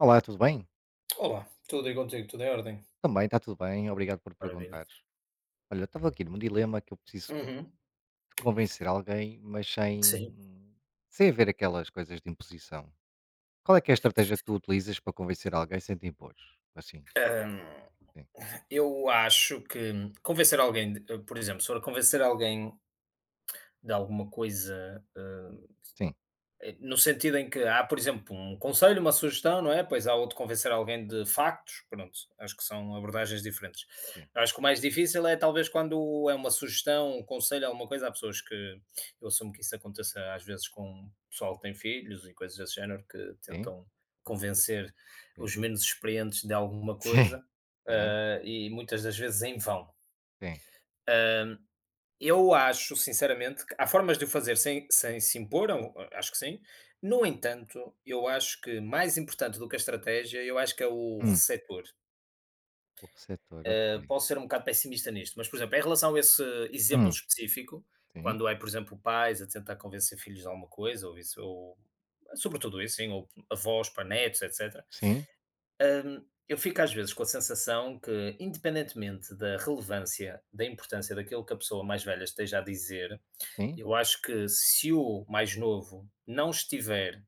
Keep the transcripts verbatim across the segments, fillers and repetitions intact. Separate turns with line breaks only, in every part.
Olá, tudo bem?
Olá, tudo e contigo, tudo em ordem?
Também está tudo bem, obrigado por
Maravilha.
perguntares. Olha, estava aqui num dilema que eu preciso
Uhum.
de convencer alguém, mas
Sim.
sem, sem haver aquelas coisas de imposição. Qual é que é a estratégia que tu utilizas para convencer alguém sem te impor? Assim,
Hum,
sim,
eu acho que convencer alguém, de- por exemplo, se for convencer alguém de alguma coisa ah,
sim,
eh, no sentido em que há, por exemplo, um conselho, uma sugestão, não é? Pois há outro convencer alguém de factos, pronto, acho que são abordagens diferentes.
sim,
Acho que o mais difícil é talvez quando é uma sugestão, um conselho, alguma coisa, há pessoas que, eu assumo que isso aconteça às vezes com um pessoal que tem filhos e coisas desse género, que
sim,
tentam
hum,
convencer
sim,
os menos experientes de alguma
sim,
coisa,
sim,
eh, e muitas das vezes em vão.
sim.
Eu acho, sinceramente, que há formas de o fazer sem, sem se impor, eu acho que sim. No entanto, eu acho que mais importante do que a estratégia, eu acho que é o
Hum,
receptor.
o receptor, ok.
Eh, Posso ser um bocado pessimista nisto, mas, por exemplo, em relação a esse exemplo
Hum,
específico,
sim,
quando é, por exemplo, pais a tentar convencer filhos de alguma coisa, ou isso, ou sobretudo isso, sim, ou avós para netos, etcétera.
sim,
Eu fico às vezes com a sensação que, independentemente da relevância, da importância daquilo que a pessoa mais velha esteja a dizer,
sim,
Eu acho que se o mais novo não estiver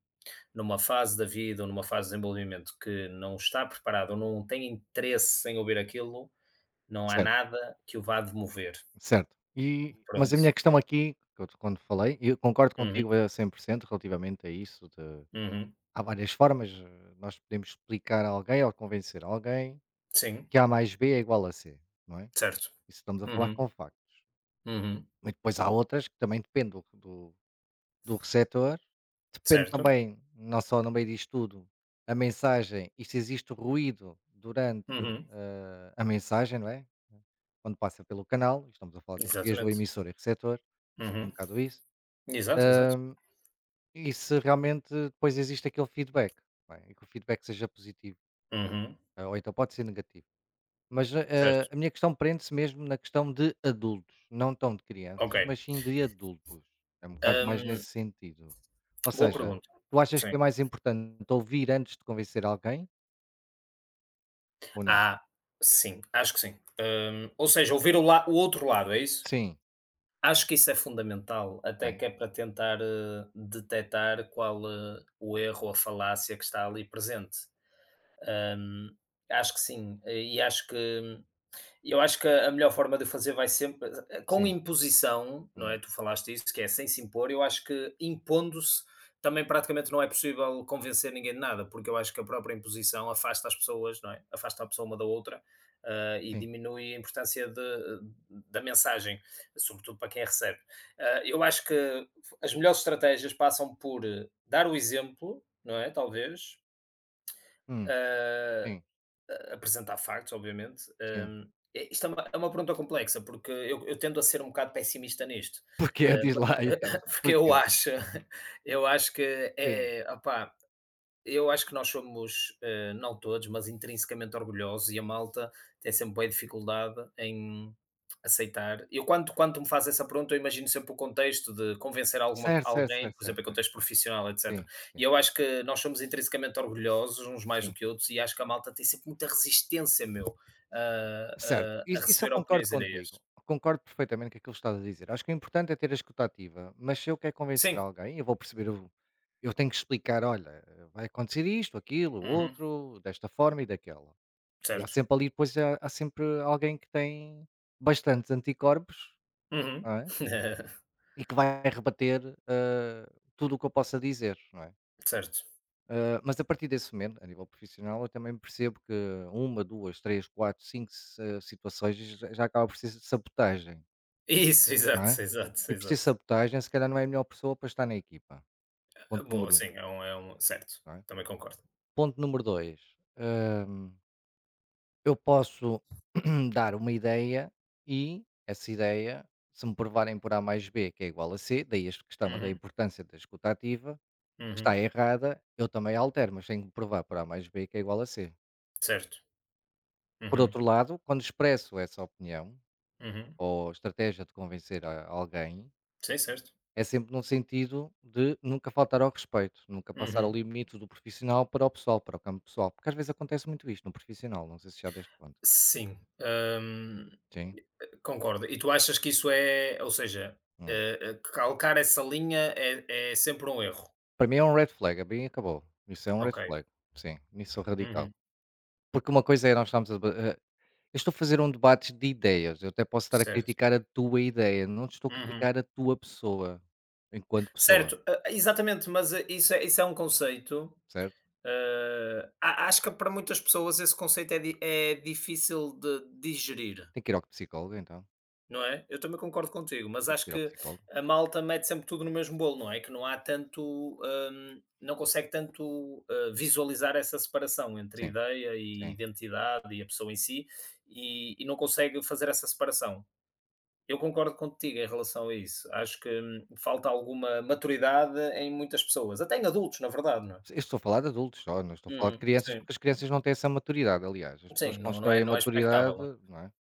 numa fase da vida ou numa fase de desenvolvimento que não está preparado ou não tem interesse em ouvir aquilo, não há
certo,
nada que o vá demover.
certo. E, mas a minha
Pronto.
questão aqui, que eu- quando falei, eu concordo
Uhum,
contigo a cem por cento relativamente a isso.
uhum.
Há várias formas, eh, nós podemos explicar a alguém ou convencer alguém
Sim,
que A mais B é igual a C, não é?
certo.
Isso estamos a falar
Uhum,
com factos.
uhum.
Mas depois há outras que também depende do do do receptor, depende
Certo.
também, não só no meio disto tudo, a mensagem e se existe ruído durante,
Uhum.
eh, a mensagem, não é? Quando passa pelo canal, estamos a falar de português do
Exatamente.
emissor e receptor, é um
Uhum.
bocado isso,
Exato, exato.
e se realmente depois existe aquele feedback, não é? E que o feedback seja positivo,
Uhum.
eh, ou então pode ser negativo. Mas,
Certo.
eh, a minha questão prende-se mesmo na questão de adultos, não tão de
Ok.
crianças, mas sim de adultos. É um bocado mais
Hum,
nesse sentido. Ou
boa
seja,
pergunta.
tu achas
Sim.
que é mais importante ouvir antes de convencer alguém ou não?
Ah, sim, acho que sim. Hum, ou seja, ouvir o, la- o outro lado, é isso?
Sim,
Acho que isso é fundamental, até
ok.
que é para tentar, eh, detectar qual, eh, o erro ou a falácia que está ali presente. Hum, acho que sim, eh, e acho que e eu acho que a melhor forma de fazer vai sempre com
Sim,
imposição, não
hum,
é? Tu falaste isso, que é sem se impor. Eu acho que impondo-se também praticamente não é possível convencer ninguém de nada, porque eu acho que a própria imposição afasta as pessoas, não é? Afasta a pessoa uma da outra, ah, e
sim,
diminui a importância de- da mensagem, sobretudo para quem a recebe. Ah, eu acho que as melhores estratégias passam por eh, dar o exemplo, não é? Talvez.
hum,
eh,
sim,
a- apresentar factos, obviamente.
sim.
Hum, é- isto é uma, é uma pergunta complexa, porque eu, eu tendo a ser um bocado pessimista nisto.
Porquê?
Hum,
Diz lá então.
porque eu
Porquê?
acho, eu acho que
Sim.
é, opá, eu acho que nós somos, eh, não todos, mas intrinsecamente orgulhosos e a malta tem sempre bué dificuldade em aceitar. Eu quando quando me faz essa pergunta, eu imagino sempre o contexto de convencer alguma
Certo, certo,
alguém,
certo,
por
certo,
exemplo, em
certo,
contexto
certo.
profissional, etcétera.
Sim,
E
sim,
eu acho que nós somos intrinsecamente orgulhosos, uns mais do
sim.
que outros, e acho que a malta tem sempre muita resistência, meu,
Certo,
a a a
isso isso eu
receber
concordo
opiniões alheias.
contigo. Concordo perfeitamente com aquilo que estás a dizer. Acho que o importante é ter a escuta ativa, mas se eu quero convencer
Sim.
alguém, eu vou perceber, eu, eu tenho que explicar, olha, vai acontecer isto, aquilo, o
Uhum.
outro, desta forma e daquela. E há
Certo.
sempre ali, depois há, há sempre alguém que tem bastantes anticorpos, não
Uhum.
é? E que vai rebater eh, tudo o que eu possa dizer, não é?
Certo.
Ah, mas a partir desse momento, a nível profissional, eu também percebo que uma, duas, três, quatro, cinco s- eh, situações já já acaba por ser sabotagem,
Isso,
não
exato,
é?
exato,
E por ser
exato.
sabotagem, se calhar não é a melhor pessoa para estar na equipa. Ponto
Boa,
número um,
sim, é um é um certo,
não é?
também concordo.
Ponto número dois, hum, eu posso dar uma ideia e essa ideia, se me provarem por A mais B que é igual a C, daí esta questão da
Uhum,
importância da escuta ativa,
uhum,
está errada, eu também altero, mas tenho que provar por A mais B que é igual a C.
certo.
Por
Uhum,
outro lado, quando expresso essa opinião
uhum.
ou estratégia de convencer a alguém,
Sim, certo.
é sempre num sentido de nunca faltar ao respeito, nunca passar o
Uhum.
limite do profissional para o pessoal, para o campo pessoal, porque às vezes acontece muito isto no profissional, não sei se já deste conta.
Sim, hum,
Sim.
concordo. E tu achas que isso é ou seja,
Hum.
eh eh, calcar essa linha é é sempre um erro?
Para mim é um red flag, é bem acabou. Isso é um red
Ok.
flag. Sim, nisso sou radical.
Uhum,
Porque uma coisa é nós estamos a deba eh, eu estou a fazer um debate de ideias, eu até posso estar a
certo.
criticar a tua ideia, não te estou a
Uhum.
criticar a tua pessoa, enquanto pessoa,
Certo, e exatamente, mas eh, isso é isso é um conceito,
certo?
hã, a acho que para muitas pessoas esse conceito é di é difícil de digerir.
Tem que ir ao psicólogo então.
Não é? Eu também concordo contigo, mas
Tem
acho
que ir ao
que
psicólogo?
a malta mete sempre tudo no mesmo bolo, não é? Que não há tanto, hum, não consegue tanto, ah, visualizar essa separação entre
Sim,
ideia e
sim.
identidade e a pessoa em si, e e não consegue fazer essa separação. Eu concordo contigo em relação a isso. Acho que, hum, falta alguma maturidade em muitas pessoas, até em adultos, na verdade, não é?
Eu estou a falar de adultos só, não estou a falar de
Uhum,
crianças,
sim.
porque as crianças não têm essa maturidade, aliás. As pessoas
Sim, não não é
constroem a
não é expectável,
maturidade,
não, é?
não é?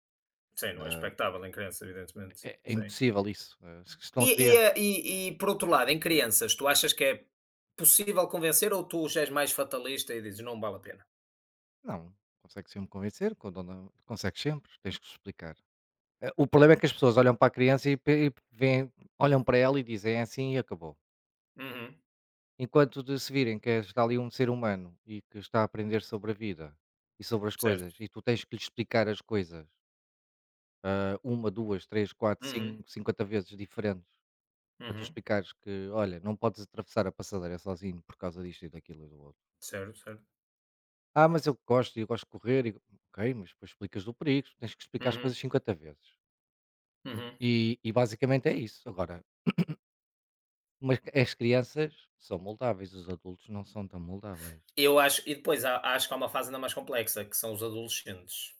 Sim, não é
Ah,
expectável em criança, evidentemente.
é é
Sim.
impossível isso. Ah, se estão a
E, e,
criar
eh, e- e, por outro lado, em crianças, tu achas que é possível convencer ou tu já és mais fatalista e dizes não vale a pena?
não, consegue sempre convencer, quando não consegues sempre, tens que explicar. Ah, o problema é que as pessoas olham para a criança e, pe- e veem, olham para ela e dizem "É assim e acabou.
Uhum,
Enquanto de se virem que está ali um ser humano e que está a aprender sobre a vida e sobre as
certo.
coisas, e tu tens que lhe explicar as coisas uma duas três quatro
Uhum,
cinco cinquenta vezes diferentes para tu
uhum,
explicares que, olha, não podes atravessar a passadeira sozinho por causa disto e daquilo e do outro.
certo, certo.
Ah, mas eu gosto e eu gosto de correr. E, ok, mas depois explicas do perigo, tens que explicar as
Uhum,
coisas cinquenta vezes.
uhum.
E, e basicamente é isso. Agora, mas as crianças são moldáveis, os adultos não são tão moldáveis.
Eu acho, e depois há- acho que há uma fase ainda mais complexa, que são os adolescentes.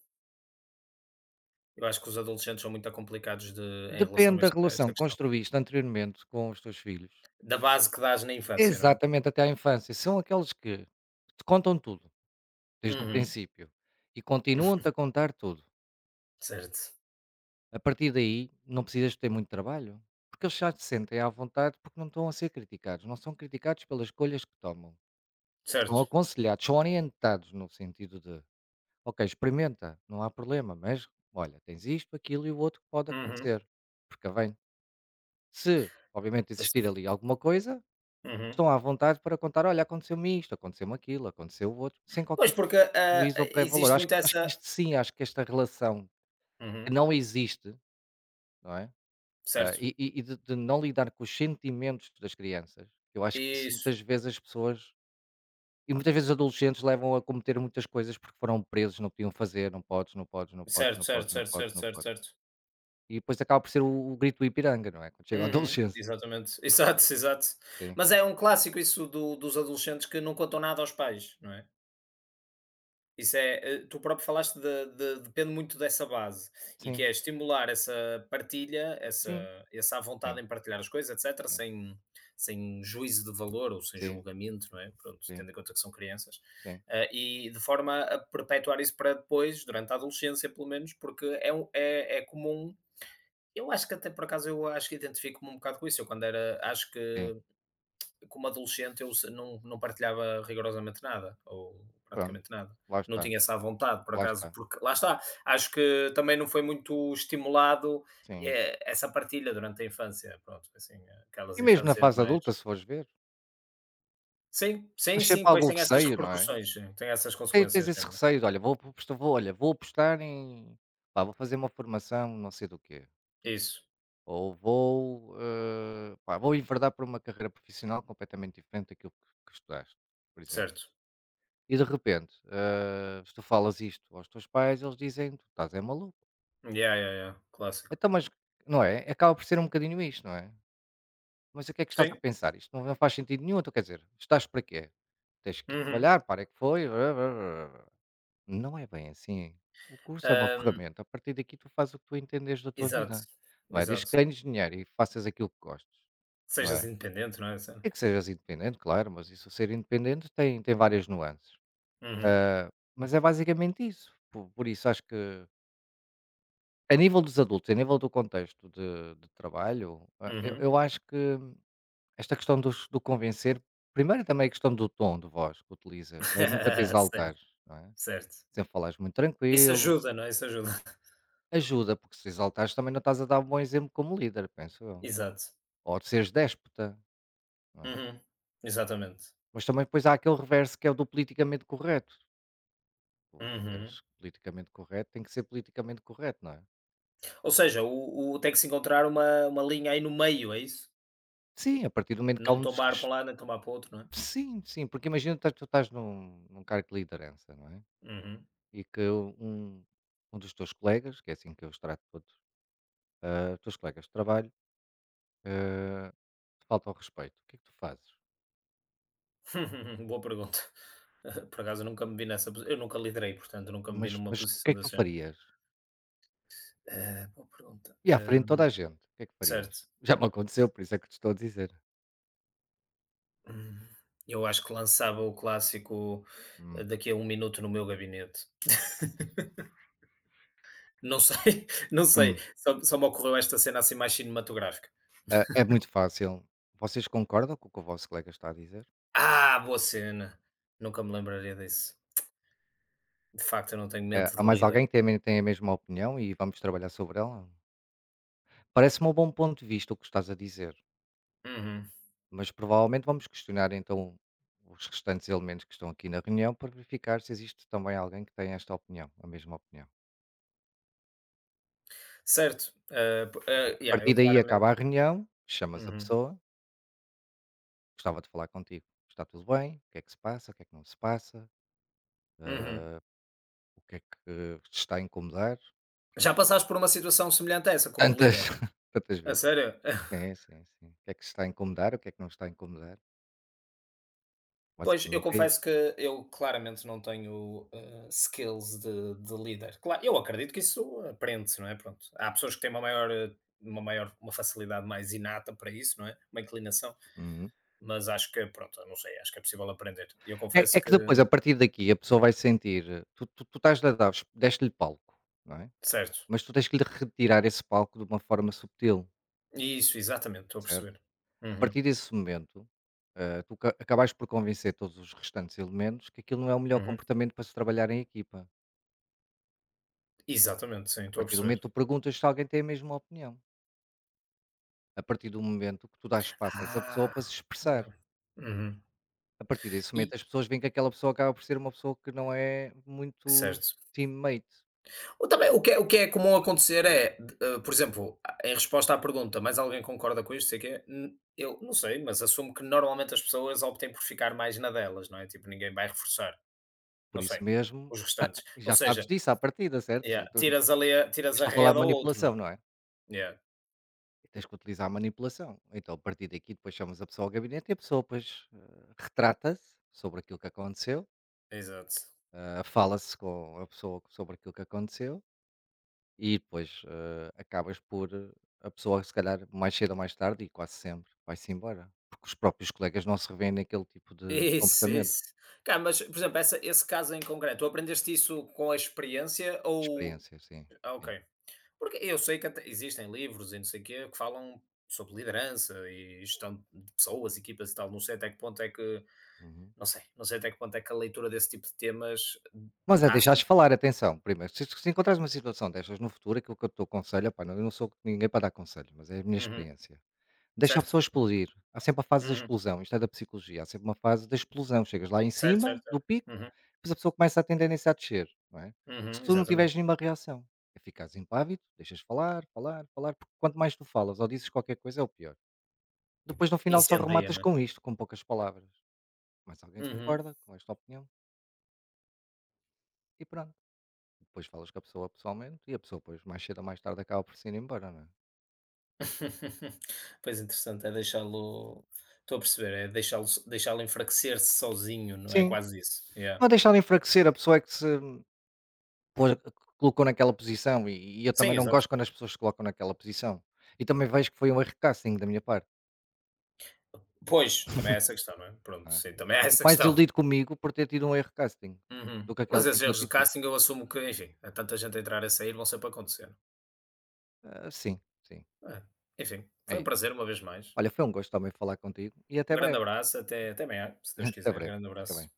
Eu acho que os adolescentes são muito complicados de, em
Depende
relação a
da
esta, a
relação
esta
que
questão.
construíste anteriormente com os teus filhos.
Da base que dás na infância, não é?
Exatamente, até à infância. São aqueles que te contam tudo, desde o
Uhum,
princípio, e continuam-te a contar tudo.
certo,
A partir daí, não precisas ter muito trabalho, porque eles já se sentem à vontade porque não estão a ser criticados, não são criticados pelas escolhas que tomam. São
certo.
aconselhados, são orientados no sentido de, ok, experimenta, não há problema, mas olha, tens isto, aquilo e o outro que pode
Uhum,
acontecer. Porque vem, se obviamente
pois,
existir
é.
ali alguma coisa,
Uhum.
estão à vontade para contar, olha, aconteceu-me isto, aconteceu-me aquilo, aconteceu o outro, sem
Pois,
qualquer
porque ah,
juízo ou pré-valor.
existe
Acho,
muito
acho
essa.
que isto sim, acho que esta relação que
Uhum,
não existe, não é? Ah,
certo.
e e e de de não lidar com os sentimentos das crianças. Eu acho que isso
Isso.
muitas vezes as pessoas e muitas vezes os adolescentes levam a cometer muitas coisas porque foram presos, não podiam fazer, não podes, não podes, não podes,
Certo,
não
certo,
podes, não
certo,
podes,
certo,
não
certo,
podes.
certo.
E depois acaba por ser o o grito do Ipiranga, não é? Quando chega à
Uhum,
adolescência.
exatamente. Exato, exato.
Sim,
Mas é um clássico isso do dos adolescentes que não contam nada aos pais, não é? Isso é, eh, tu próprio falaste de de depende muito dessa base, e que
sim,
é estimular essa partilha, essa
sim,
essa à vontade
sim,
em partilhar as coisas, etcétera, sem sem juízo de valor ou sem
sim, sim,
julgamento, não é? Pronto,
sim,
tendo em conta que são crianças,
sim,
ah, e de forma a perpetuar isso para depois, durante a adolescência pelo menos, porque é um é é comum. Eu acho que até por acaso eu acho que identifico-me um bocado com isso. Eu quando era, acho que
sim.
como adolescente eu se- não, não partilhava rigorosamente nada, ou
Pronto,
praticamente nada.
lá
Não
está,
tinha essa vontade, por
lá
acaso,
está,
porque lá está, acho que também não foi muito estimulado
sim.
eh, essa partilha durante a infância, pronto, assim,
E
aquelas
mesmo na
infâncias
fase
mais.
adulta, se fores ver,
Sim, sim,
tens sempre
sim, pois
algum
tem essas
receio, não é?
repercussões, sim, tem essas
Te Tens
consequências
esse
mesmo.
receio de: "Olha, vou apostar vou olha, vou apostar em pá, vou fazer uma formação não sei do quê,
Isso,
ou vou, eh, pá, vou enverdar por uma carreira profissional completamente diferente daquilo que que estudaste", por exemplo.
certo.
E de repente, eh, se tu falas isto aos teus pais, eles dizem: "Tu estás é maluco".
Yeah, yeah, yeah, clássico.
Então, mas não é? Acaba por ser um bocadinho isto, não é? "Mas o que é que estás a
Sim.
pensar? Isto não não faz sentido nenhum, então quer dizer, estás para quê? Tens que ir
Uhum.
trabalhar, para é que foi". Não é bem assim. O curso é uma
Ahm,
ferramenta. A partir daqui tu fazes o que tu entenderes da tua
exato,
vida, não é? Desde
exato.
que ganhes dinheiro e faças aquilo que gostes, não
Sejas
é?
independente, não é, assim?
E que sejas independente, claro, mas isso ser independente tem, tem várias nuances.
Uhum,
Ah, mas é basicamente isso. Por, por isso acho que a nível dos adultos, a nível do contexto de, de trabalho, ah, eu,
uhum.
eu acho que esta questão dos, do convencer, primeiro também a questão do tom de voz que utilizas, não é? Nunca te
Certo,
exaltares, não é?
certo.
Sempre falares muito
Isso
tranquilo.
ajuda, não é, isso ajuda.
Ajuda, porque se exaltares também não estás a dar um bom exemplo como líder, penso eu.
Exato.
Ou de seres déspota, não é?
Uhum. Exatamente.
Mas também depois há aquele reverso que é o do politicamente correto. Tu ficas
Uhum.
politicamente correto, tem que ser politicamente correto, não é?
Ou seja, o o tem que se encontrar uma uma linha aí no meio, é isso?
Sim, a partir do momento que há
Não
um desres
tombar para um lado nem tombar para o outro, não é?
Sim, sim, porque imagina que tu estás num, num cargo de liderança, não é?
Uhum.
E que um, um dos teus colegas, que é assim que eu os trato todos, ah, os teus colegas de trabalho, ah, te falta ao respeito. O que é que tu fazes?
Boa pergunta. Por acaso eu nunca me vi nessa posi eu nunca liderei, portanto nunca me vi
Mas,
numa
mas o que
posição
é que tu
desse género.
farias?
Ah, boa pergunta.
E à frente de toda a
Hum,
gente, o que é que farias?
certo.
Já me aconteceu, por isso é que te estou a dizer.
Hum, eu acho que lançava o clássico, eh,
Hum,
daqui a um minuto no meu gabinete. Não sei, não sei.
hum.
Só só me ocorreu esta cena, assim, mais cinematográfica.
Ah, é muito fácil. Vocês concordam com o que o vosso colega está a dizer?
Ah, boa cena! Nunca me lembraria disso. De facto, eu não tenho
Ah,
mente de
há mais
líder.
alguém que tem a me tem a mesma opinião e vamos trabalhar sobre ela? Parece-me um bom ponto de vista o que estás a dizer,
Uhum.
mas provavelmente vamos questionar então os restantes elementos que estão aqui na reunião para verificar se existe também alguém que tem esta opinião, a mesma opinião.
Certo, hã, p hã,
A
yeah,
partir
eu
daí
claramente
acaba a reunião, chamas a
uhum,
pessoa, gostava de falar contigo. Está tudo bem? O que é que se passa? O que é que não se passa?
uhum.
O que é que te está a incomodar?
Já passaste por uma situação semelhante a essa como
Tantas
líder?
tantas
A
vezes.
sério?
Sim, sim, sim. O que é que te está a incomodar, o que é que não está a incomodar.
Pois, eu
Basicamente é isso.
confesso que eu claramente não tenho, hã, skills de de líder. Cla eu acredito que isso aprende-se, não é, pronto. Há pessoas que têm uma maior eh, uma maior uma facilidade mais inata para isso, não é, uma inclinação.
Uhum.
Mas acho que, pronto, não sei, acho que é possível aprender. E eu
É
confesso
é
que
que depois, a partir daqui, a pessoa vai sentir eh, tu tu tu estás-lhe a dar deste-lhe palco, não é,
certo.
mas tu tens que lhe retirar esse palco de uma forma subtil,
Isso, exatamente, estou a
certo?
perceber.
A
Uhum,
partir desse momento, hã, tu ca acabaste por convencer todos os restantes elementos que aquilo não é o melhor
uhum.
comportamento para se trabalhar em equipa.
Exatamente, sim,
A
estou a
partir do
perceber.
momento, tu perguntas se alguém tem a mesma opinião. A partir do momento que tu dás espaço a essa pessoa
Ah,
para se expressar.
hã, uhum.
A partir desse
E
momento as pessoas veem que aquela pessoa acaba por ser uma pessoa que não é muito
certo.
teammate.
Ou também o que é o que é comum acontecer é, hã, por exemplo, a- em resposta à pergunta: "Mas alguém concorda com isto?", sei que quê, hum, eu não sei, mas assumo que normalmente as pessoas optem por ficar mais na delas, não é? Tipo, ninguém vai reforçar,
Por
não sei,
isso mesmo,
os restantes. Ou
já sabes
seja,
disso à partida, certo? Eu
yeah,
tô-
tiras ali a tiras a
Estou a falar
rede
de
ao outro, não é?
manipulação, não é?
Yeah.
E tens que utilizar a manipulação. Então, a partir daqui, depois chamas a pessoa ao gabinete e a pessoa depois eh, retrata-se sobre aquilo que aconteceu,
Exato.
eh, fala-se com a pessoa sobre aquilo que aconteceu. E depois, eh, acabas por eh, a pessoa se calhar mais cedo ou mais tarde e quase sempre vai-se embora, porque os próprios colegas não se revêem naquele tipo de
Isso,
comportamento,
isso. Cá, mas, por exemplo, essa, esse caso em concreto, tu aprendeste isso com a experiência ou.
experiência, sim,
Ah,
sim.
ok. Porque eu sei que até existem livros e não sei o quê que falam sobre liderança e gestão de pessoas, equipas e tal. Não sei até que ponto é que.
Uhum.
Não sei. Não sei até que ponto é que a leitura desse tipo de temas
Mas é
dá
deixares
assim.
falar, atenção, primeiro, se se encontrares uma situação destas no futuro, aquilo que eu te aconselho, opá, não, eu não sou ninguém para dar conselho, mas é a minha
Uhum.
experiência. Deixa a
Certo?
pessoa explodir. Há sempre a fase da
Uhum.
explosão, isto é da psicologia, há sempre uma fase da explosão. Chegas lá em
Certo,
cima
certo,
do
certo.
pico,
Uhum.
depois a pessoa começa a ter tendência a descer, não é? Se
Uhum.
tu não tiveres
Exatamente.
nenhuma reação, é ficares impávido, deixas falar, falar, falar, porque quanto mais tu falas ou dizes qualquer coisa é o pior. Depois no final só
Incendeia,
rematas
não
com
é?
isto, com poucas palavras. Mas alguém
Uhum.
concorda com esta opinião e pronto. Depois falas com a pessoa pessoalmente e a pessoa depois mais cedo ou mais tarde acaba por se ir embora, não é?
Pois, interessante, é deixá-lo estou a perceber, é deixá-lo deixá-lo enfraquecer-se sozinho, não é
Sim,
quase isso. Yeah.
não é deixar de enfraquecer, a pessoa é que se Pôs eh, colocou naquela posição e e eu também
Sim,
não
exato.
gosto quando as pessoas se colocam naquela posição. E também vejo que foi um erro casting da minha parte,
Pois, também é essa questão, não é?
não
Pronto,
é.
sim, também é
Fico
essa
mais
questão.
desiludido comigo por ter tido um erro casting,
Uhum.
do que aquele
Mas esses
tipo de
erros de
atitude.
casting eu assumo que, enfim, há tanta gente a entrar e a sair, vão sempre acontecer.
Ah, sim, sim,
É. Enfim,
é
foi um
isso.
prazer uma vez mais.
Olha, foi um gosto também falar contigo e
Um
até
grande
breve.
abraço, até até amanhã, se Deus
Até
quiser.
breve,
Grande
fica bem.
abraço.